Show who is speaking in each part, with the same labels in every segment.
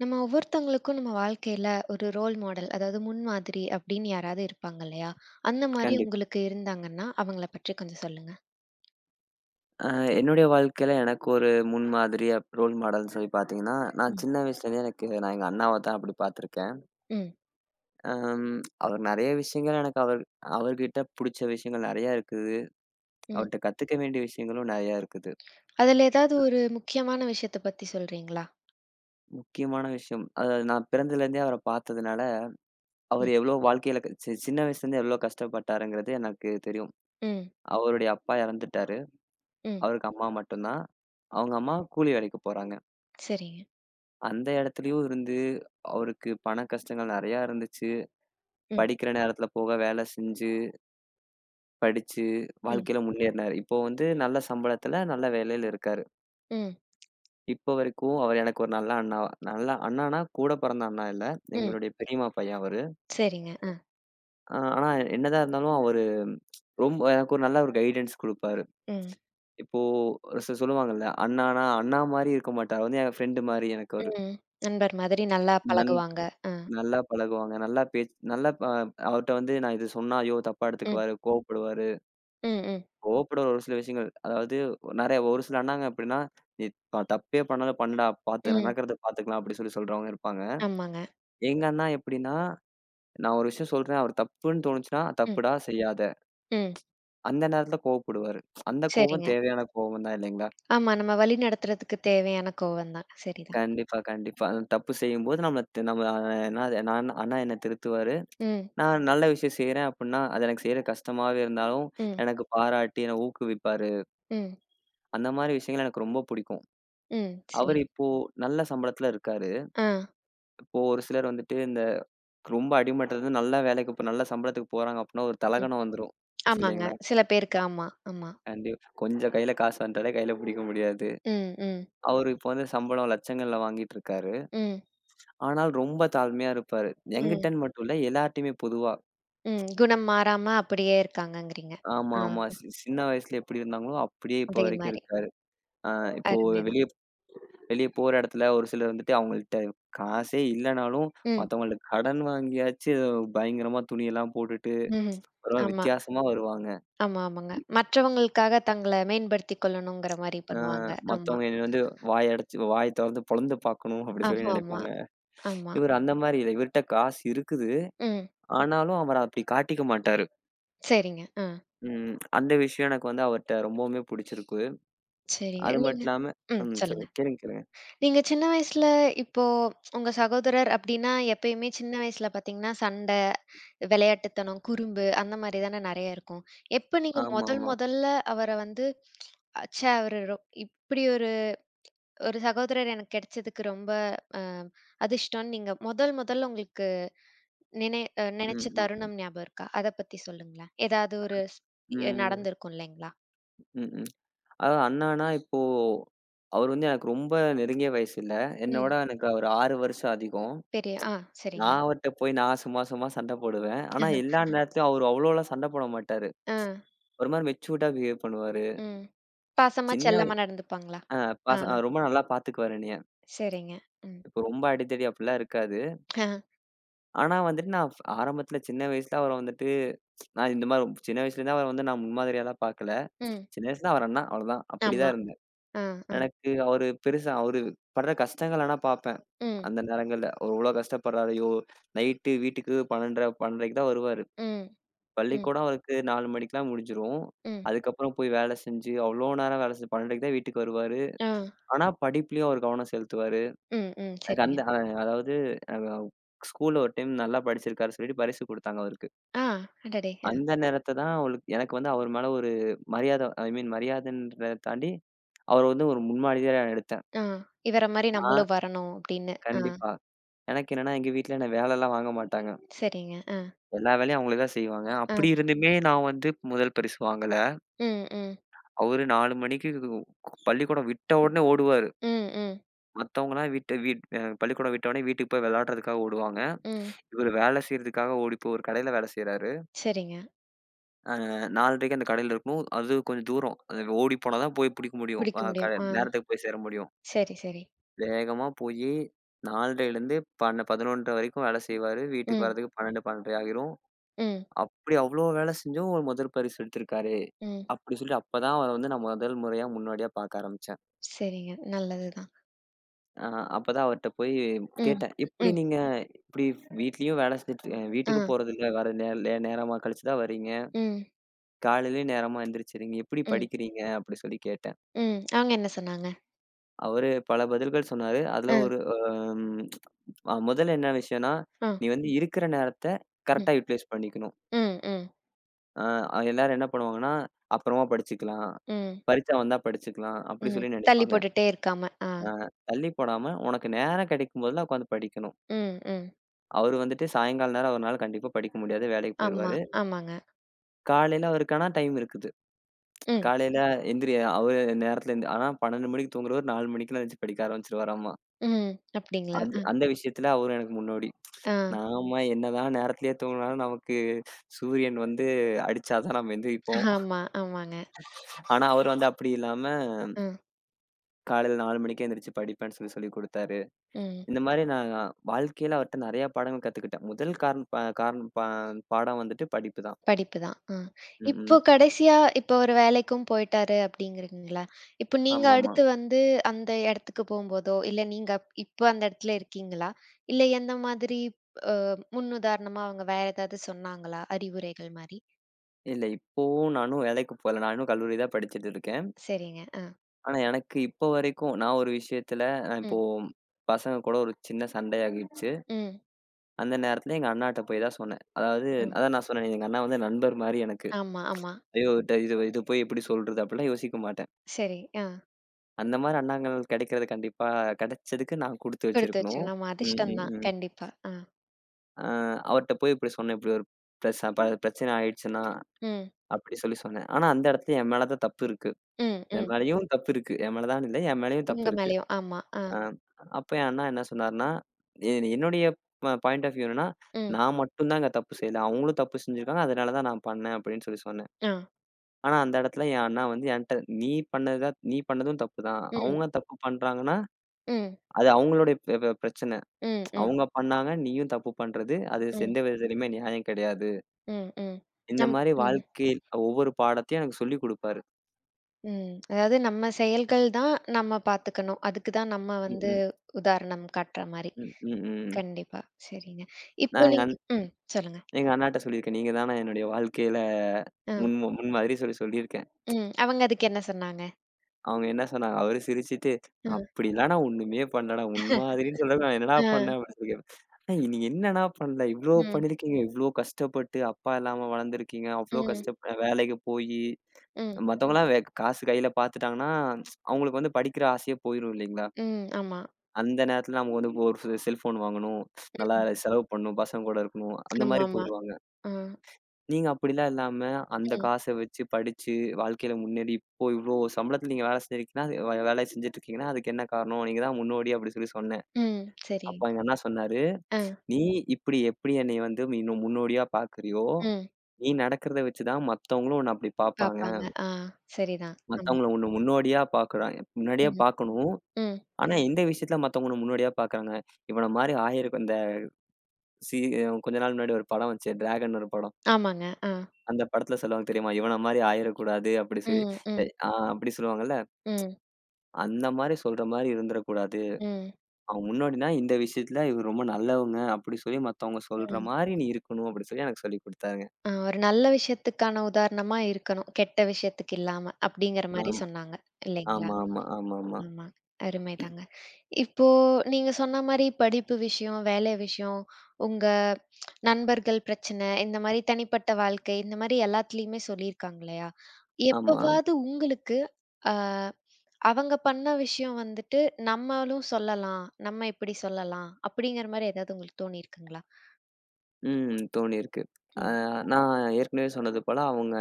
Speaker 1: நம்ம ஒவ்வொருத்தவங்களுக்கும் நம்ம வாழ்க்கையில ஒரு ரோல் மாடல் அதாவது முன்மாதிரி அப்படின்னு யாராவது இருப்பாங்க இல்லையா? அந்த மாரி
Speaker 2: கண்டிப்பா.
Speaker 1: உங்களுக்கு இருந்தாங்கன்னா, அவங்கள பற்றி கொஞ்சம் சொல்லுங்க.
Speaker 2: அ என்னுடைய வாழ்க்கையில எனக்கு ஒரு முன்மாதிரி, ரோல் மாடல்ன்னு சொல்லி பார்த்தீங்கன்னா,
Speaker 1: ம்.
Speaker 2: நான் சின்ன வயசுலேருந்தே நான் எங்க அண்ணாவ தான் அப்படி பார்த்துருக்கேன்.
Speaker 1: ம்.
Speaker 2: அம் அவர் நெறைய விஷயங்கள் எனக்கு அவர்கிட்ட புடிச்ச விஷயங்கள் நெறையா இருக்குது.
Speaker 1: ம்.
Speaker 2: அவர்ட்ட கத்துக்க வேண்டிய விஷயங்களும் நெறையா இருக்குது.
Speaker 1: அதுல ஏதாவது ஒரு முக்கியமான விஷயத்த பத்தி சொல்றீங்களா?
Speaker 2: முக்கியமான விஷயம், அதாவது நான் பிறந்ததுலேருந்தே அவர பார்த்ததுனால,
Speaker 1: ம்.
Speaker 2: அவர் எவ்வளோ வாழ்க்கையில க சி சின்ன வயசுலேருந்து எவ்வளோ கஷ்டப்பட்டாருங்கிறது எனக்கு தெரியும்.
Speaker 1: ம்.
Speaker 2: அவருடைய அப்பா இறந்துட்டாரு.
Speaker 1: ம்.
Speaker 2: அவருக்கு அம்மா மட்டும் தான். அவங்க அம்மா கூலி வேலைக்கு போறாங்க.
Speaker 1: சரிங்க.
Speaker 2: அந்த இடத்துலயும் இருந்து அவருக்கு பண கஷ்டங்கள் நெறையா இருந்துச்சு.
Speaker 1: ம்.
Speaker 2: படிக்கிற நேரத்துல போக, வேலை செஞ்சு, படிச்சு,
Speaker 1: ம்.
Speaker 2: வாழ்க்கையில முன்னேறினாரு. இப்போ வந்து நல்ல சம்பளத்துல, நல்ல வேலையில இருக்காரு.
Speaker 1: ம்.
Speaker 2: இப்போ வரைக்கும் அவர் எனக்கு ஒரு நல்ல அண்ணா. நல்ல அண்ணான்னா, கூட பிறந்த அண்ணா இல்ல.
Speaker 1: ம்.
Speaker 2: எங்களுடைய பெரியம்மா பையன் அவரு.
Speaker 1: சரிங்க.
Speaker 2: ஆனா என்னதான் இருந்தாலும் அவரு ரொம்ப எனக்கு ஒரு நல்ல ஒரு கைடன்ஸ் குடுப்பாரு.
Speaker 1: ம்.
Speaker 2: இப்போ சொல்லுவாங்கல்ல, அண்ணானா அண்ணா மாரி இருக்க மாட்டாரு. வந்து என் ஃப்ரெண்டு மாரி எனக்கு அவரு.
Speaker 1: ம். நண்பர் மாதிரி நல்லா
Speaker 2: நன்
Speaker 1: பழகுவாங்க. அ.
Speaker 2: நல்லா பழகுவாங்க. நல்லா பேச் நல்லா ப அவர்ட்ட வந்து நான் இது சொன்னா, ஐயோ! தப்பா
Speaker 1: ம்.
Speaker 2: எடுத்துக்குவாரு, கோவப்படுவாரு.
Speaker 1: ம். ம்.
Speaker 2: கோவப்படுற ஒரு சில விஷயங்கள். அதாவது நெறைய ஒரு சில அண்ணாங்க எப்டின்னா, "நீ தப்பே பண்ணாத பண்ணுடா, பார்த்து
Speaker 1: ம்.
Speaker 2: நடக்கிறத பார்த்துக்கலாம்" அப்டி சொல்லி சொல்றவங்க இருப்பாங்க.
Speaker 1: ஆமாங்க.
Speaker 2: எங்க அண்ணா எப்டின்னா, நான் ஒரு விஷயம் சொல்றேன், அவர் தப்புன்னு தோணுச்சுன்னா,
Speaker 1: ம்.
Speaker 2: "தப்புடா செய்யாத."
Speaker 1: ம்.
Speaker 2: அந்த நேரத்துல கோவப்படுவாரு. அந்த கோவம்
Speaker 1: சரிங்க.
Speaker 2: தேவையான கோவம் தான் இல்லைங்களா?
Speaker 1: ஆமா. நம்ம வழி நடத்துறதுக்கு தேவையான கோவம் தான். சரிதான்.
Speaker 2: கண்டிப்பா, கண்டிப்பா. அந்த தப்பு செய்யும்போது நம்மள நம்ம அண்ணா நான் அண்ணா என்ன திருத்துவாரு.
Speaker 1: ம்.
Speaker 2: நான் நல்ல விஷயம் செய்றேன் அப்டின்னா, அது எனக்கு செய்ற கஷ்டமாவே இருந்தாலும்,
Speaker 1: ம்.
Speaker 2: எனக்கு பாராட்டி என்ன ஊக்குவிப்பாரு.
Speaker 1: ம்.
Speaker 2: அந்த மாரி விஷயங்கள் எனக்கு ரொம்ப புடிக்கும்.
Speaker 1: ம். சரி.
Speaker 2: அவரு இப்போ நல்ல சம்பளத்துல இருக்காரு.
Speaker 1: ஆ.
Speaker 2: இப்போ ஒரு சிலர் வந்துட்டு இந்த ரொம்ப அடிமட்டத்துலருந்து நல்ல வேலைக்கு இப்போ நல்ல சம்பளத்துக்கு போறாங்க அப்டின்னா ஒரு
Speaker 1: ம்.
Speaker 2: தலகனம் வந்துரும்.
Speaker 1: ஆமாங்க.
Speaker 2: இல்லைங்களா?
Speaker 1: சில பேருக்கு ஆமா, ஆமா.
Speaker 2: அண்ட் கொஞ்சம் கையில காசு வந்துட்டாலே கையில புடிக்க முடியாது.
Speaker 1: ம், ம்,
Speaker 2: அவரு இப்போ வந்து சம்பளம் லட்சங்கள்ல வாங்கிட்டு இருக்காரு.
Speaker 1: ம்,
Speaker 2: ஆனால் ரொம்ப தாழ்மையா இருப்பாரு.
Speaker 1: ம்,
Speaker 2: என்கிட்டன்னு மட்டும் இல்ல எல்லார்ட்டயுமே பொதுவா.
Speaker 1: ம். குணம் மாறாம அப்படியே இருக்காங்கங்கிறீங்க.
Speaker 2: ஆமா,
Speaker 1: ஆ.
Speaker 2: ஆமா. சின்ன வயசுல எப்டி இருந்தாங்களோ அப்டியே இப்போ
Speaker 1: அதே
Speaker 2: வரைக்கும்
Speaker 1: மாரி.
Speaker 2: இருக்காரு. ஆ இப்போ
Speaker 1: அருமைதான்.
Speaker 2: வெளிய வெளிய போற இடத்துல ஒரு சிலர் வந்துட்டு அவங்கள்ட்ட காசே இல்லனாலும்
Speaker 1: ம்,
Speaker 2: மத்தவங்கள்ட்ட கடன் வாங்கியாச்சு பயங்கரமா துணியெல்லாம் போட்டுட்டு
Speaker 1: ம்ஹ்ம்.
Speaker 2: ஒரு
Speaker 1: ஆமா,
Speaker 2: வித்தியாசமா வருவாங்க.
Speaker 1: ஆமா, ஆமாங்க. மற்றவங்களுக்காக தங்கள மேம்படுத்திக் கொள்ளணுங்கிற மாரி
Speaker 2: ஆ
Speaker 1: பண்ணுவாங்க. ஆமா.
Speaker 2: மத்தவங்க என்ன வந்து வாய அடைச்சு வாய தொறந்து பொளந்து பார்க்கணும் அப்படி சொல்லி
Speaker 1: ஆமா, ஆமா,
Speaker 2: நெனைப்பாங்க.
Speaker 1: ஆமா.
Speaker 2: இவரு அந்த மாரி இல்ல. இவர்ட்ட காசு இருக்குது.
Speaker 1: ம்.
Speaker 2: ஆனாலும் அவர் அப்படி காட்டிக்க மாட்டாரு.
Speaker 1: சரிங்க. ஆ.
Speaker 2: ம். அந்த விஷயம் எனக்கு வந்து அவர்ட்ட ரொம்பவுமே புடிச்சிருக்கு.
Speaker 1: சரிங்க.
Speaker 2: அது
Speaker 1: நீங்க
Speaker 2: மட்டும் இல்லாம
Speaker 1: ம்.
Speaker 2: ம்.
Speaker 1: சொல்லுங்க.
Speaker 2: சொல்லுங்க. கேளுங்க, கேளுங்க.
Speaker 1: நீங்க சின்ன வயசுல இப்போ உங்க சகோதரர் அப்டின்னா, எப்பயுமே சின்ன வயசுல பார்த்தீங்கன்னா, சண்டை, விளையாட்டுத்தனம், குறும்பு அந்த மாரி தானே நெறைய இருக்கும். எப்ப நீங்க முதல்
Speaker 2: ஆமாமா.
Speaker 1: முதல்ல அவர வந்து, "அச்சே! அவரு ரொ "இப்டி ஒரு ஒரு சகோதரர் எனக்கு கிடைச்சதுக்கு ரொம்ப அ அதிர்ஷ்டம்னு" நீங்க முதல் முதல்ல உங்களுக்கு
Speaker 2: ம்,
Speaker 1: நினைச்ச
Speaker 2: ம்,
Speaker 1: தருணம் ஞாபகம் இருக்கா? அத பத்தி சொல்லுங்களேன். ஏதாவது ஒரு ஸ்
Speaker 2: ம்,
Speaker 1: நடந்திருக்கும் இல்லைங்களா?
Speaker 2: ம், ம். அதாவது அண்ணானா இப்போ அவர் வந்து எனக்கு ரொம்ப நெருங்கிய வயசு இல்ல.
Speaker 1: ம்.
Speaker 2: என்னோட எனக்கு ஒரு 6 வருஷம் அதிகம்.
Speaker 1: பெரிய சரிங்க.
Speaker 2: நான் அவர்ட்ட போய் நான் சும்மா சும்மா சண்டை போடுவேன். ஆனா எல்லா நேரத்துலயும் அவரு அவ்வளோலாம் சண்டை போட மாட்டாரு.
Speaker 1: ஆ.
Speaker 2: ஒரு மாரி மெச்சூர்டா பிஹேவ் பண்ணுவாரு.
Speaker 1: ம். பாசமா,
Speaker 2: சின்ன வய
Speaker 1: செல்லமா நடந்துப்பாங்களா?
Speaker 2: ஆ
Speaker 1: ஆ.
Speaker 2: பாச அ ரொம்ப நல்லா பாத்துக்குவாரு என்னைய.
Speaker 1: சரிங்க. ம்.
Speaker 2: இப்போ ரொம்ப அடிதடி அப்படிலாம் இருக்காது.
Speaker 1: ஆ,
Speaker 2: ஆனா வந்துட்டு நான் ஆரம்பத்துல சின்ன வயசுல அவர வந்துட்டு நான் இந்த மாரி சின்ன வயசுலேருந்து அவர வந்து நான் முன்மாதிரியாலாம் பாக்கல.
Speaker 1: ம்.
Speaker 2: சின்ன வயசுல அவர் அண்ணா அவ்வளோதான்.
Speaker 1: ஆமா.
Speaker 2: அப்படிதான் இருந்தேன்.
Speaker 1: ஆ, ஆ.
Speaker 2: எனக்கு அவரு பெருசா அவரு படுற கஷ்டங்கள் ஆனா பாப்பேன்.
Speaker 1: ம்,
Speaker 2: அந்த நேரங்கள்ல. அவர் இவ்வளோ கஷ்டப்படுறாரு. ஐயோ! நைட்டு வீட்டுக்கு 12:30க்கு தான் வருவாரு.
Speaker 1: ம், ம்,
Speaker 2: பள்ளிக்கூடம் அவருக்கு 4 மணிக்கெல்லாம் முடிஞ்சிரும்.
Speaker 1: ம்.
Speaker 2: அதுக்கப்புறம் போய் வேலை செஞ்சு அவ்வளோ நேரம் வேலை செஞ்சு 12:00க்கு தான் வீட்டுக்கு வருவாரு.
Speaker 1: ஆ.
Speaker 2: ஆனா படிப்புலயும் அவர் கவனம் செலுத்துவாரு.
Speaker 1: ம், ம்.
Speaker 2: எனக்கு அந்த
Speaker 1: சரிங்க.
Speaker 2: அதாவது அ ஸ்கூல்ல ஒரு டைம் நல்லா படிச்சிருக்காருன்னு சொல்லிட்டு பரிசு குடுத்தாங்க அவருக்கு.
Speaker 1: ஆ, அடடே!
Speaker 2: அந்த நேரத்த தான் அவளுக்கு எனக்கு வந்து அவர் மேல ஒரு மரியாதை ஐ மீன் மரியாதைன்றத தாண்டி அவர வந்து ஒரு முன்மாதிரியா எடுத்தேன்.
Speaker 1: ஆ. இவர மாரி
Speaker 2: நான்
Speaker 1: நம்மளும் வரணும் அப்படின்னு. ஆ,
Speaker 2: கண்டிப்பா. எனக்கு என்னன்னா எங்க வீட்ல என்ன வேலைலாம் வாங்க மாட்டாங்க.
Speaker 1: சரிங்க. ஆ,
Speaker 2: எல்லா வேலையும் அவங்களே தான் செய்வாங்க.
Speaker 1: ஆ.
Speaker 2: அப்படி இருந்துமே நான் வந்து முதல் பரிசு வாங்கல.
Speaker 1: ம், ம்,
Speaker 2: அவரு 4 மணிக்கு பள்ளிக்கூடம் விட்ட உடனே ஓடுவாரு.
Speaker 1: ம், ம்,
Speaker 2: மத்தவங்கலாம் வீட்ட வீட் அ பள்ளிக்கூடம் விட்ட உடனே வீட்டுக்கு போய் விளையாடுறதுக்காக ஓடுவாங்க.
Speaker 1: ம்.
Speaker 2: இவரு வேலை செய்றதுக்காக ஓடி போய் ஒரு கடையில வேலை செய்றாரு.
Speaker 1: சரிங்க.
Speaker 2: அ 4:30க்கு அந்த கடையில இருக்கணும். அது கொஞ்சம் தூரம். அது ஓடி போனா தான் போய் பிடிக்க முடியும்.
Speaker 1: பிடிக்க
Speaker 2: அ க
Speaker 1: முடியும். ஆ,
Speaker 2: நேரத்துக்கு போய் சேர முடியும்.
Speaker 1: சரி, சரி.
Speaker 2: வேகமா போயி 4:30லேருந்து பன்ன 11:30 வரைக்கும் வேலை செய்வாரு. வீட்டுக்கு
Speaker 1: ம்,
Speaker 2: வரதுக்கு 12, 12:30 ஆகிரும்.
Speaker 1: ம்,
Speaker 2: அப்படி அவ்வளோ வேலை செஞ்சும் ஒரு முதல் பரிசு எடுத்திருக்காரு.
Speaker 1: ம்.
Speaker 2: அப்படி சொல்லி அப்ப தான் அவர வந்து நான் முதல் முறையா முன்னோடியா பார்க்க ஆரம்பிச்சேன்.
Speaker 1: சரிங்க. நல்லதுதான்.
Speaker 2: அ அப்ப தான் அவர்ட்ட போய்
Speaker 1: ம்,
Speaker 2: கேட்டேன். "எப்படி
Speaker 1: ம்,
Speaker 2: நீங்க இப்படி வீட்லயும் வேலை செஞ்சுட்டு
Speaker 1: ஆ,
Speaker 2: வீட்டுக்கு போறதில்ல, வர நே லே நேரமா கழிச்சு தான் வர்றீங்க.
Speaker 1: ம்,
Speaker 2: காலையிலயும் நேரமா எந்திரிச்சுறீங்க. எப்படி
Speaker 1: ம்,
Speaker 2: படிக்கிறீங்க?" அப்படி சொல்லி கேட்டேன்.
Speaker 1: ம். அவங்க என்ன சொன்னாங்க?
Speaker 2: அவரு பல பதில்கள் சொன்னாரு. அதுல
Speaker 1: ஆ,
Speaker 2: ஒரு அ ம் அ முதல்ல என்ன விஷயம்னா,
Speaker 1: ஆ.
Speaker 2: நீ வந்து இருக்கிற நேரத்த
Speaker 1: ம்,
Speaker 2: கரெக்ட்டா யுட்டிலைஸ் பண்ணிக்கணும்.
Speaker 1: ம், ம்,
Speaker 2: எல்லாரும் என்ன பண்ணுவாங்கன்னா, அப்புறமா படிச்சுக்கலாம்.
Speaker 1: ம்,
Speaker 2: பரீட்சை வந்தா படிச்சுக்கலாம். அப்படி
Speaker 1: ம்.
Speaker 2: சொல்லி
Speaker 1: தள்ளி
Speaker 2: நினைப்பாங்க.
Speaker 1: போட்டுட்டே இருக்காம. ஆ.
Speaker 2: அ தள்ளி போடாம உனக்கு நேரம் கிடைக்கும் போதெல்லாம் உட்காந்து படிக்கணும்.
Speaker 1: ம், ம்.
Speaker 2: அவரு வந்துட்டு சாயங்கால நேரம் அவருனால கண்டிப்பா படிக்க முடியாது. வேலைக்கு
Speaker 1: ஆமா,
Speaker 2: போயிருவாரு.
Speaker 1: ஆமாங்க.
Speaker 2: காலையில அவருக்கு ஆனா டைம் இருக்குது.
Speaker 1: ம்,
Speaker 2: காலையில எந்திரி அவரு நேரத்துல எந் ஆனா 12 மணிக்கு தூங்குறவரு 4 மணிக்கெல்லாம் எந்திரிச்சு படிக்க ஆரம்பிச்சுருவாராமா.
Speaker 1: ம். அப்டிங்களா?
Speaker 2: அது அந்த விஷயத்துல அவரு எனக்கு முன்னோடி.
Speaker 1: ஆ.
Speaker 2: நாம என்னதான் நேரத்திலேயே தூங்குனாலும் நமக்கு சூரியன் வந்து அடிச்சா தான் நம்ம எந்திரிப்போம்.
Speaker 1: ஆமா, ஆமாங்க.
Speaker 2: ஆனா அவரு வந்து அப்படி இல்லாம
Speaker 1: ம்,
Speaker 2: காலையில 4 மணிக்கே எந்திரிச்சு படிப்பேன்னு சொல்லி சொல்லிக் குடுத்தாரு.
Speaker 1: ம்.
Speaker 2: இந்த மாரி நான் வாழ்க்கையில அவர்ட்ட நெறைய பாடங்கள் கத்துக்கிட்டேன். முதல் காரண் ப காரண் ப பாடம் வந்துட்டு படிப்பு தான்.
Speaker 1: படிப்பு தான். இப்போ
Speaker 2: ம்.
Speaker 1: கடைசியா இப்போ ஒரு வேலைக்கும் போயிட்டாரு அப்டிங்கிறீங்களா? இப்போ நீங்க
Speaker 2: ஆமாமா.
Speaker 1: அடுத்து வந்து அந்த இடத்துக்கு போம்போதோ, இல்ல நீங்க இப்ப அந்த இடத்துல இருக்கீங்களா? இல்ல எந்த மாதிரி அ முன்னுதாரணமா அவங்க வேற ஏதாவது சொன்னாங்களா? அறிவுரைகள் மாரி?
Speaker 2: இல்ல இப்பவும் நானும் வேலைக்கு போல. நான் இன்னும் கல்லூரி தான் படிச்சுட்டு இருக்கேன்.
Speaker 1: சரிங்க.
Speaker 2: ஆனா எனக்கு இப்போ வரைக்கும் நான் ஒரு விஷயத்துல நான் இப்போ
Speaker 1: ம்,
Speaker 2: பசங்க கூட ஒரு சின்ன சண்டையாகிடுச்சு.
Speaker 1: ம்,
Speaker 2: அந்த நேரத்துல எங்க அண்ணாட்ட போய் தான் சொன்னேன். அதாவது
Speaker 1: ம்.
Speaker 2: அதான் நான் சொன்னேனே, எங்க அண்ணா வந்து நண்பர் மாரி எனக்கு.
Speaker 1: ஆமா, ஆமா.
Speaker 2: ஐயோ! இது இது போய் எப்படி சொல்றது? அப்படிலாம் யோசிக்க மாட்டேன்.
Speaker 1: சரி. ஆ.
Speaker 2: அந்த மாரி அண்ணாங்கள் கிடைக்கிறது கண்டிப்பா கிடைச்சதுக்கு நான் குடுத்து
Speaker 1: குடுத்து
Speaker 2: வச்சிருக்கணும்.
Speaker 1: வச்சிடலாம். நம்ம
Speaker 2: ம்,
Speaker 1: அதிர்ஷ்டம்
Speaker 2: ம்,
Speaker 1: தான்.
Speaker 2: ம்.
Speaker 1: கண்டிப்பா. ஆ.
Speaker 2: அ அவர்ட்ட போய் இப்படி சொன்னேன். இப்படி ஒரு பிரச்சனை ஆயிடுச்சுன்னா,
Speaker 1: ம்.
Speaker 2: அப்படி சொல்லி சொன்னேன். ஆனா அந்த இடத்துல என் மேல தான் தப்பு இருக்கு.
Speaker 1: ம்,
Speaker 2: என்
Speaker 1: ம்.
Speaker 2: மேலயும் தப்பு இருக்கு. என் மேல தான் இல்ல, என் மேலயும் தப்பு
Speaker 1: உங்க
Speaker 2: இருக்கு.
Speaker 1: மேலயும். ஆமா. ஆ.
Speaker 2: ஆ. அப்ப என் அண்ணா என்ன சொன்னாருன்னா, என்னுடைய பாயிண்ட் ஆஃப் வியூ என்னன்னா,
Speaker 1: ம்.
Speaker 2: நான் மட்டும் தாங்க தப்பு செய்யல. அவங்களும் தப்பு செஞ்சிருக்காங்க. அதனால தான் நான் பண்ணேன் அப்படின்னு சொல்லி சொன்னேன்.
Speaker 1: ஆ.
Speaker 2: ஆனா அந்த இடத்துல என் அண்ணா வந்து என்ட்ட நீ பண்ணது தான் நீ பண்ணதும் தப்பு தான்.
Speaker 1: ம்.
Speaker 2: அவங்க தப்பு பண்றாங்கன்னா,
Speaker 1: ம்.
Speaker 2: அது அவங்களுடைய பெ பெ பிரச்சனை.
Speaker 1: ம். ம்.
Speaker 2: அவங்க பண்ணாங்க. நீயும் தப்பு பண்றது. அது
Speaker 1: ம்.
Speaker 2: எந்த விதத்திலயுமே நியாயம் கிடையாது.
Speaker 1: ம். ம்.
Speaker 2: இந்த
Speaker 1: நம்
Speaker 2: மாரி
Speaker 1: ம்.
Speaker 2: வாழ்க்கையில் ஒவ்வொரு பாடத்தையும் எனக்கு சொல்லிக் குடுப்பாரு.
Speaker 1: ம். அதாவது நம்ம செயல்கள் தான் நம்ம பாத்துக்கணும். அதுக்கு தான் நம்ம
Speaker 2: ம்,
Speaker 1: வந்து
Speaker 2: ம்,
Speaker 1: உதாரணம் காட்டுற மாரி.
Speaker 2: ம், ம். ம்.
Speaker 1: கண்டிப்பா. சரிங்க. இப்போ
Speaker 2: நான் எங்க
Speaker 1: நீங்க
Speaker 2: அண்
Speaker 1: ம். சொல்லுங்க.
Speaker 2: எங்க அண்ணாட்ட சொல்லியிருக்கேன். நீங்க தான என்னுடைய வாழ்க்கையில
Speaker 1: ஆ.
Speaker 2: முன்மாதிரி சொல்லி சொல்லியிருக்கேன்.
Speaker 1: ம். அவங்க அதுக்கு என்ன சொன்னாங்க?
Speaker 2: அவங்க என்ன சொன்னாங்க? அவரு சிரிச்சுட்டு,
Speaker 1: ம்.
Speaker 2: "அப்படிலாம் நான் ஒண்ணுமே பண்ணலடா. உன் மாதிரின்னு சொல்றப்ப நான் என்னடா
Speaker 1: ஆ.
Speaker 2: பண்ணேன்?" அப்படின்னு சொல்லி கேப்பேன். "அண்ணா நீங்க என்னண்ணா பண்ணல? இவ்ளோ
Speaker 1: ம்.
Speaker 2: பண்ணியிருக்கீங்க. இவ்ளோ கஷ்டப்பட்டு அப்பா இல்லாம வளர்ந்துருக்கீங்க. அவ்ளோ
Speaker 1: ம்.
Speaker 2: கஷ்டப்ப வேலைக்கு போயி"
Speaker 1: ம்.
Speaker 2: மத்தவங்கலாம் காசு கையில பாத்துட்டாங்கன்னா, அவங்களுக்கு வந்து படிக்கிற ஆசையே போயிரும் இல்லைங்களா?
Speaker 1: ம். ஆமா.
Speaker 2: அந்த நேரத்துல நமக்கு வந்து ஒரு செல்ஃபோன் வாங்கணும். நல்லா
Speaker 1: ம்.
Speaker 2: செலவு பண்ணணும். பசங்க கூட இருக்கணும். அந்த மாரி
Speaker 1: ஆமாமா.
Speaker 2: போயிருவாங்க.
Speaker 1: ஆ.
Speaker 2: நீங்க அப்படிலாம் இல்லாம, அந்த
Speaker 1: ம்.
Speaker 2: காச வச்சு படிச்சு, வாழ்க்கையில முன்னேறி இப்போ இவ்ளோ சம்பளத்தில நீங்க வேலை செஞ்சிருக்கீங்கன்னா, அது வேலை செஞ்சுட்டுருக்கீங்கன்னா, அதுக்கு என்ன காரணம்? நீங்க தான் முன்னோடி அப்படி சொல்லி சொன்னேன்.
Speaker 1: ம். சரி.
Speaker 2: அப்ப எங்க அண்ணா சொன்னாரு,
Speaker 1: ஆ.
Speaker 2: "நீ இப்படி எப்படி என்னைய வந்து இன்னும் முன்னோடியா பார்க்கிறியோ,
Speaker 1: ம்.
Speaker 2: நீ நடக்கிறத வச்சு தான் மத்தவங்களும் உன்ன அப்படி பார்ப்பாங்க.
Speaker 1: பாப்பாங்க. ஆ. சரிதான். ஆமா.
Speaker 2: மத்தவங்கள உன்ன முன்னோடியா பார்க்குறாங்க முன்னாடியே
Speaker 1: ம்.
Speaker 2: பார்க்கணும்.
Speaker 1: ம்.
Speaker 2: ஆனா எந்த விஷயத்துல மத்தவங்க உன்ன முன்னோடியா பார்க்குறாங்க? இவன மாரி ஆயிரம்" இந்த சி கொஞ்ச நாள் முன்னாடி ஒரு படம் வந்துச்சே, டிராகன் ஒரு படம்.
Speaker 1: ஆமாங்க. ஆ.
Speaker 2: அந்த படத்துல சொல்லுவாங்க தெரியுமா? இவன மாரி ஆயிரக்கூடாது அப்படி சொல்லி
Speaker 1: ம், ம்,
Speaker 2: எ- ஆ அப்படி சொல்லுவாங்கல்ல.
Speaker 1: ம்,
Speaker 2: அந்த மாரி சொல்ற மாரி இருந்துறக்கூடாது.
Speaker 1: ம்,
Speaker 2: அவன் முன்னாடினா இந்த விஷயத்துல இவரு ரொம்ப நல்லவங்க அப்படி சொல்லி மத்தவங்க சொல்ற
Speaker 1: ம்.
Speaker 2: மாரி நீ இருக்கணும் அப்படி சொல்லி எனக்கு சொல்லிக் குடுத்தாங்க.
Speaker 1: ஆ ஒரு நல்ல விஷயத்துக்கான உதாரணமா இருக்கணும். கெட்ட விஷயத்துக்கு இல்லாம, அப்படிங்கிற மாரி
Speaker 2: ஆமா,
Speaker 1: சொன்னாங்க. இல்லைங்களா?
Speaker 2: ஆமா, ஆமா, ஆமாமா. ஆமா.
Speaker 1: ஆமா. அருமைதாங்க. இப்போ நீங்க சொன்ன மாரி படிப்பு விஷயம், வேலை விஷயம், உங்க நண்பர்கள் பிரச்சனை, இந்த மாரி தனிப்பட்ட வாழ்க்கை, இந்த மாரி எல்லாத்துலயுமே சொல்லியிருக்காங்க இல்லையா?
Speaker 2: ஆமா
Speaker 1: எப்பவாவது உங்களுக்கு அ அவங்க பண்ண விஷயம் வந்துட்டு, நம்மளும் சொல்லலாம், நம்ம இப்படி சொல்லலாம், அப்படிங்கிற மாரி ஏதாவது உங்களுக்கு தோணியிருக்குங்களா?
Speaker 2: ம். தோணியிருக்கு. அ
Speaker 1: ம்.
Speaker 2: நான் ஏற்கனவே சொன்னது போல அவங்க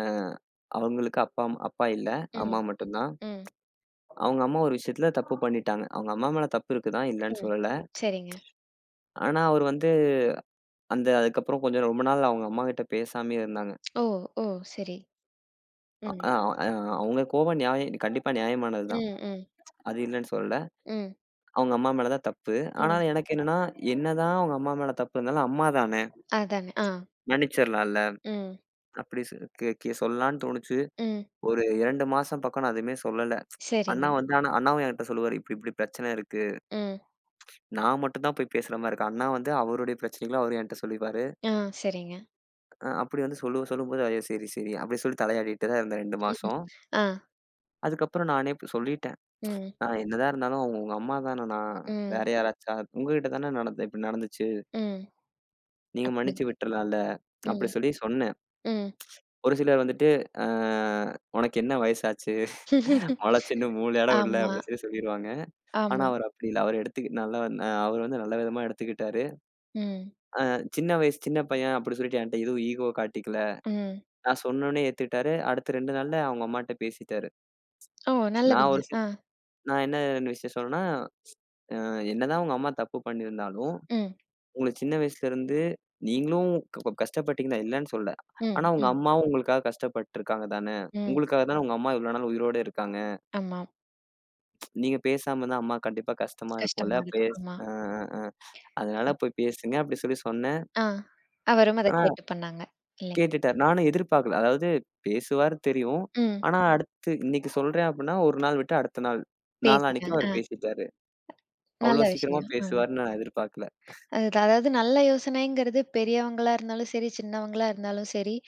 Speaker 2: அவங்களுக்கு அப்பா அப்பா இல்ல.
Speaker 1: ம்.
Speaker 2: அம்மா மட்டும் தான்.
Speaker 1: ம்.
Speaker 2: அவங்க அம்மா ஒரு விஷயத்துல தப்பு பண்ணிட்டாங்க. அவங்க அம்மா மேல தப்பு இருக்கு தான், இல்லன்னு
Speaker 1: ம்.
Speaker 2: சொல்லல.
Speaker 1: சரிங்க.
Speaker 2: ஆனா அவரு வந்து அந்த அதுக்கப்புறம் கொஞ்சம் ரொம்ப நாள் அவங்க அம்மாகிட்ட பேசாமயே இருந்தாங்க.
Speaker 1: ஓ! ஓ! சரி. ம்.
Speaker 2: அ அ அவங்க கோவம் கண்டிப்பா நியாயமானது
Speaker 1: ம்.
Speaker 2: தான்.
Speaker 1: ம்.
Speaker 2: அது இல்லன்னு சொல்லல.
Speaker 1: ம்.
Speaker 2: அவங்க அம்மா மேல தான் தப்பு. ஆனா
Speaker 1: ம்.
Speaker 2: எனக்கு என்னன்னா, என்னதான் அவங்க அம்மா மேல தப்பு இருந்தாலும், அம்மா தானே!
Speaker 1: அதாங்க. ஆ.
Speaker 2: மன்னிச்சிரலாம்ல.
Speaker 1: ம்.
Speaker 2: அப்படி சொ கே கே சொல்லலான்னு தோணுச்சு.
Speaker 1: ம்.
Speaker 2: ஒரு 2 மாசம் பக்கம் நான் எதுவுமே சொல்லல. அண்ணா
Speaker 1: சரிங்க.
Speaker 2: வந்து ஆனா அண்ணாவும் என்கிட்ட சொல்லுவாரு, "இப்படி இப்படி பிரச்சனை இருக்கு.
Speaker 1: ம்.
Speaker 2: நான் மட்டும் தான் போய் பேசுற மாரி இருக்கு." அண்ணா வந்து அவருடைய பிரச்சனைகள அவரு என்கிட்ட சொல்லிப்பாரு.
Speaker 1: ஆ சரிங்க.
Speaker 2: அப்படி வந்து சொல்லும்போது, ஐயோ! சரி, சரி. அப்படி சொல்லி தலையாடிட்டு தான் இருந்தேன் 2
Speaker 1: ம்ஹ்ம்.
Speaker 2: மாசம்.
Speaker 1: ஆ.
Speaker 2: அதுக்கப்புறம் நானே சொல்லிட்டேன்.
Speaker 1: ம்.
Speaker 2: ஆ என்னதான் இருந்தாலும் அவங்க உங்க அம்மா தானண்ணா.
Speaker 1: ம்.
Speaker 2: வேற யாராச்சா? உங்ககிட்ட தான நடந்து இப்படி நடந்துச்சு.
Speaker 1: ம்.
Speaker 2: நீங்க
Speaker 1: அப்படி.
Speaker 2: மன்னிச்சு விட்டுறலாம்ல. அப்படி
Speaker 1: ம்.
Speaker 2: சொல்லி சொன்னேன்.
Speaker 1: ம்.
Speaker 2: ஒரு சிலர் வந்துட்டு, ஆ "உனக்கு என்ன வயசாச்சு? முளைச்சு இன்னும் மூளை இடம் விடல"
Speaker 1: ஆமா,
Speaker 2: அப்படின்னு சொல்லி சொல்லிருவாங்க. ஆனா
Speaker 1: ஆமா.
Speaker 2: அவர் அப்படி இல்ல. அவர் வந்து நல்ல விதமா எடுத்துக்கிட்டாரு.
Speaker 1: ம்.
Speaker 2: ஆ சின்ன வயசு சின்ன பையன் அப்படி சொல்லிட்டு என்ட்ட எதுவும் ஈகோ காட்டிக்கல.
Speaker 1: ம்.
Speaker 2: நான் சொன்னோனே ஏத்துக்கிட்டாரு. அடுத்த 2 நாள்ல அவங்க அம்மாட்ட பேசிட்டாரு.
Speaker 1: ஓ!
Speaker 2: நான்
Speaker 1: நல்லதுங்க.
Speaker 2: ஒரு சி
Speaker 1: ஆ.
Speaker 2: நான் என்ன விஷயம் சொன்னேன்னா, "என்னதான் உங்க அம்மா தப்பு பண்ணியிருந்தாலும்,
Speaker 1: ம்.
Speaker 2: உங்கள சின்ன வயசுலருந்து நீங்களும் கஷ்டப்பட்டீங்க தான் இல்லன்னு சொல்லல. ஆனா
Speaker 1: ம்.
Speaker 2: உங்க
Speaker 1: ம்.
Speaker 2: அம்மாவும் உங்களுக்காக கஷ்டப்பட்டுருக்காங்க தானே!
Speaker 1: ம்.
Speaker 2: உங்களுக்காக தானே உங்க அம்மா இவ்ளோ நாள் உயிரோட இருக்காங்க.
Speaker 1: ஆமா.
Speaker 2: நீங்க பேசாம இருந்தா அம்மாக்கு கண்டிப்பா கஷ்டமா இருக்கும்ல.
Speaker 1: கஷ்டமா இருக்கும்.
Speaker 2: பேஸ்
Speaker 1: ஆமா.
Speaker 2: அ, அ, அ. அதனால போய் பேசுங்க அப்டி சொல்லி சொன்னேன்.
Speaker 1: ஆ. அவரும் அத
Speaker 2: ஆனா
Speaker 1: கேட்டு பண்ணாங்க. இல்லை.
Speaker 2: கேட்டுட்டாரு. நானும் எதிர்பார்க்கல. அதாவது பேசுவாரு தெரியும்.
Speaker 1: ம்.
Speaker 2: ஆனா அடுத்து இன்னைக்கு சொல்றேன் அப்டின்னா, ஒரு நாள் விட்டு அடுத்த நாள். நாளான்னைக்கு
Speaker 1: பேசிட்டாங்க.
Speaker 2: அவரு
Speaker 1: ஆ.
Speaker 2: பேசிட்டாரு. அவ்ளோ
Speaker 1: நல்ல
Speaker 2: சீக்கிரமா
Speaker 1: விஷயம். ஆமா.
Speaker 2: பேசுவாருன்னு நான் எதிர்பார்க்கல.
Speaker 1: அது அதாவது நல்ல யோசனைங்கிறது பெரியவங்களா இருந்தாலும் சரி, சின்னவங்களா இருந்தாலும் சரி, ம்.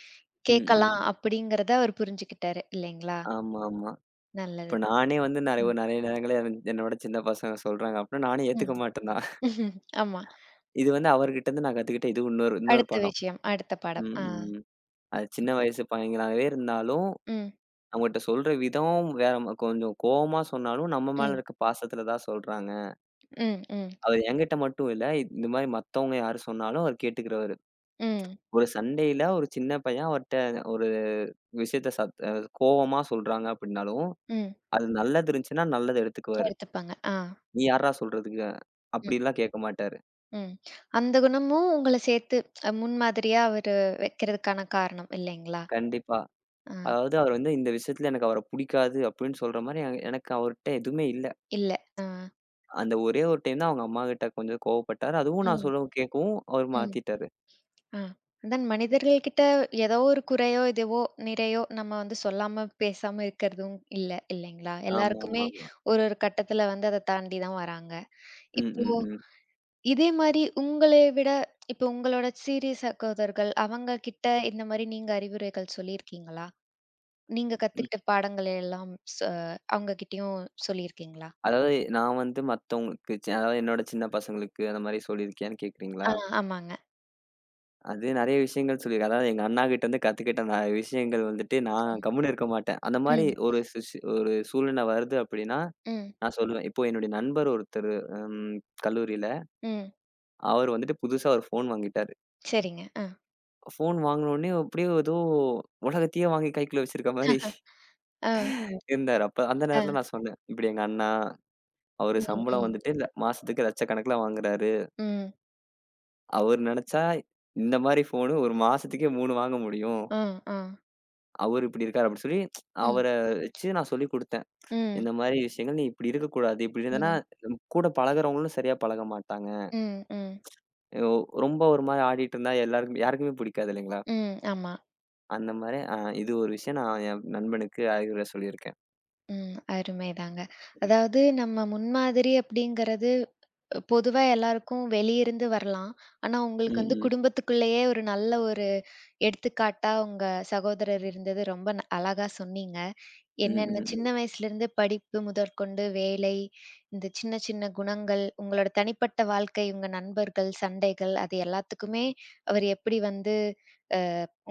Speaker 2: ம், ம்.
Speaker 1: கேட்கலாம் அப்படிங்கிறத அவர் புரிஞ்சுக்கிட்டாரு இல்லைங்களா?
Speaker 2: ஆமாமா.
Speaker 1: நல்லது.
Speaker 2: இப்ப நானே வந்து நெறைய
Speaker 1: ம்.
Speaker 2: நெறைய நேரங்கள்ல என்னோட சின்ன பசங்க சொல்றாங்க அப்டின்னா, நானே
Speaker 1: ம்.
Speaker 2: ஏத்துக்க மாட்டேன் தான்.
Speaker 1: ஆமா.
Speaker 2: இது வந்து அவர்கிட்ட இருந்து நான் கத்துக்கிட்ட இது இன்னொரு இன்னொரு
Speaker 1: அடுத்த
Speaker 2: பாடம்.
Speaker 1: விஷயம், அடுத்த பாடம்.
Speaker 2: ம்,
Speaker 1: ஆ.
Speaker 2: ம். அது சின்ன வயசு பையங்களாவே இருந்தாலும்,
Speaker 1: ம்.
Speaker 2: அவங்கட்ட சொல்ற விதம் வேற கொஞ்சம் கோவமா சொன்னாலும், நம்ம மேல
Speaker 1: ம்.
Speaker 2: இருக்க பாசத்துல தான் சொல்றாங்க.
Speaker 1: ம். ம்.
Speaker 2: அவர் என்கிட்ட மட்டும் இல்ல, இந்த மாரி மத்தவங்க யாரு சொன்னாலும் அவர் கேட்டுக்கிறவரு.
Speaker 1: ம்.
Speaker 2: ஒரு சண்டையில ஒரு சின்ன பையன் அவர்ட்ட ஒரு விஷயத்த சத் அ கோவமா சொல்றாங்க அப்டின்னாலும்,
Speaker 1: ம்.
Speaker 2: அது நல்லது இருந்துச்சுன்னா நல்லத எடுத்துக்குவாரு.
Speaker 1: எடுத்துப்பாங்க. ஆ.
Speaker 2: "நீ யார்றா சொல்றதுக்கு?"
Speaker 1: ம்.
Speaker 2: அப்டிலாம் கேட்க மாட்டாரு.
Speaker 1: ம். அந்த குணமும் உங்கள சேர்த்து முன்மாதிரியா அவரு வைக்கிறதுக்கான காரணம் இல்லைங்களா?
Speaker 2: கண்டிப்பா.
Speaker 1: ஆ.
Speaker 2: அதாவது அவர் வந்து இந்த விஷயத்துல எனக்கு அவர புடிக்காது அப்படின்னு சொல்ற மாரி எனக்கு அவர்ட்ட எதுவுமே இல்ல.
Speaker 1: இல்ல. ஆ.
Speaker 2: அந்த ஒரே ஒரு டைம் தான் அவங்க அம்மாகிட்ட கொஞ்சம் கோவப்பட்டாரு. அதுவும் நான்
Speaker 1: ம்.
Speaker 2: சொல்லவும் கேட்கவும் அவர்
Speaker 1: ம்.
Speaker 2: மாத்திட்டாரு.
Speaker 1: ஆ. அதான் மனிதர்கள் கிட்ட ஏதோ ஒரு குறையோ, இதுவோ, நிறையோ நம்ம வந்து சொல்லாம, பேசாம இருக்கிறதும் இல்ல, இல்லைங்களா? எல்லாருக்குமே
Speaker 2: ஆமாமாமா.
Speaker 1: ஒரு ஒரு கட்டத்துல வந்து அத தாண்டி தான் வராங்க.
Speaker 2: ம்,
Speaker 1: இப்போ
Speaker 2: ம், ம்.
Speaker 1: இதே மாரி உங்களை விட இப்போ உங்களோட சீரிய சகோதரர்கள் அவங்க கிட்ட இந்த மாரி நீங்க அறிவுரைகள் சொல்லியிருக்கீங்களா? நீங்க
Speaker 2: ம்.
Speaker 1: கத்துக்கிட்ட பாடங்கள் எல்லாம் அவங்க கிட்டயும் சொல்லியிருக்கீங்களா?
Speaker 2: அதாவது நான் வந்து மத்தவங்களுக்கு அதாவது என்னோட சின்ன பசங்களுக்கு அந்த மாரி சொல்லியிருக்கியான்னு கேட்கிறீங்களா?
Speaker 1: ஆ ஆமாங்க.
Speaker 2: அது நெறைய விஷயங்கள் சொல்லியிருக்கேன். அதாவது எங்க அண்ணாகிட்ட இருந்து கத்துக்கிட்ட நெறைய விஷயங்கள் வந்துட்டு நான்
Speaker 1: ம்,
Speaker 2: கம்முன்னு இருக்க மாட்டேன். அந்த மாரி
Speaker 1: ம்,
Speaker 2: ஒரு ஒரு சூழ்நிலை வருது அப்படின்னா,
Speaker 1: ம்,
Speaker 2: நான் சொல்லுவேன். இப்போ என்னுடைய நண்பர் ஒருத்தரு ம் கல்லூரியில
Speaker 1: ம்.
Speaker 2: அவரு வந்துட்டு புதுசா ஒரு ஃபோன் வாங்கிட்டாரு.
Speaker 1: சரிங்க. ஆ.
Speaker 2: ஃபோன் வாங்குன உடனே அப்படியே ஏதோ உலகத்தையே வாங்கி கைக்குள்ள வச்சிருக்க மாரி
Speaker 1: ஆ,
Speaker 2: இருந்தாரு. அப்ப அந்த
Speaker 1: ஆ.
Speaker 2: நேரத்துல நான் சொன்னேன், "இப்படி எங்க அண்ணா, அவரு
Speaker 1: ம்,
Speaker 2: சம்பளம்
Speaker 1: ம்,
Speaker 2: வந்துட்டு மாசத்துக்கு லட்சக்கணக்குல வாங்குறாரு.
Speaker 1: ம்.
Speaker 2: அவரு நெனச்சா இந்த மாரி ஃபோனு ஒரு மாசத்துக்கே 3 வாங்க முடியும்.
Speaker 1: ஆ, ஆ.
Speaker 2: அவரு இப்படி இருக்காரு." அப்படி சொல்லி
Speaker 1: ம்.
Speaker 2: அவர வச்சு நான் சொல்லிக் குடுத்தேன்.
Speaker 1: ம்.
Speaker 2: இந்த மாரி விஷயங்கள் நீ இப்படி இருக்கக்கூடாது. இப்படி இருந்தன்னா
Speaker 1: ம்.
Speaker 2: கூட பழகுறவங்களும் சரியா பழக மாட்டாங்க.
Speaker 1: ம். ம்.
Speaker 2: ஒ ரொம்ப ஒரு மாரி ஆடிட்டு இருந்தா எல்லாருக்கும் யாருக்குமே பிடிக்காது இல்லைங்களா?
Speaker 1: ம். ஆமா.
Speaker 2: அந்த மாரி இது ஒரு விஷயம் நான் என் நண்பனுக்கு அறிவுரை சொல்லியிருக்கேன்.
Speaker 1: ம். அருமைதாங்க. அதாவது நம்ம முன்மாதிரி அப்படிங்கிறது பொதுவா எல்லாருக்கும் வெளியிருந்து வரலாம். ஆனா,
Speaker 2: ம்,
Speaker 1: உங்களுக்கு வந்து
Speaker 2: ம்.
Speaker 1: குடும்பத்துக்குள்ளேயே ஒரு நல்ல ஒரு எடுத்துக்காட்டா உங்க சகோதரர் இருந்தது ரொம்ப அழகா சொன்னீங்க.
Speaker 2: ம், ம்,
Speaker 1: என்னென்ன சின்ன
Speaker 2: ம்,
Speaker 1: வயசுலேருந்து படிப்பு முதற்கொண்டு வேலை, இந்த சின்ன சின்ன குணங்கள், உங்களோட தனிப்பட்ட வாழ்க்கை, உங்க நண்பர்கள், சண்டைகள் அது எல்லாத்துக்குமே அவர் எப்படி வந்து அ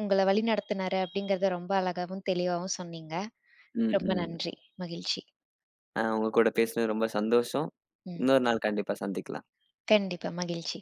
Speaker 1: உங்கள வழிநடத்துனாரு அப்படிங்கிறத ரொம்ப அழகாவும், தெளிவாவும் சொன்னீங்க.
Speaker 2: ம்,
Speaker 1: ரொம்ப
Speaker 2: ம்.
Speaker 1: நன்றி. மகிழ்ச்சி.
Speaker 2: உங்க கூட பேசினது ரொம்ப சந்தோஷம்.
Speaker 1: ம்.
Speaker 2: இன்னொரு நாள் கண்டிப்பா சந்திக்கலாம்.
Speaker 1: கண்டிப்பா. மகிழ்ச்சி.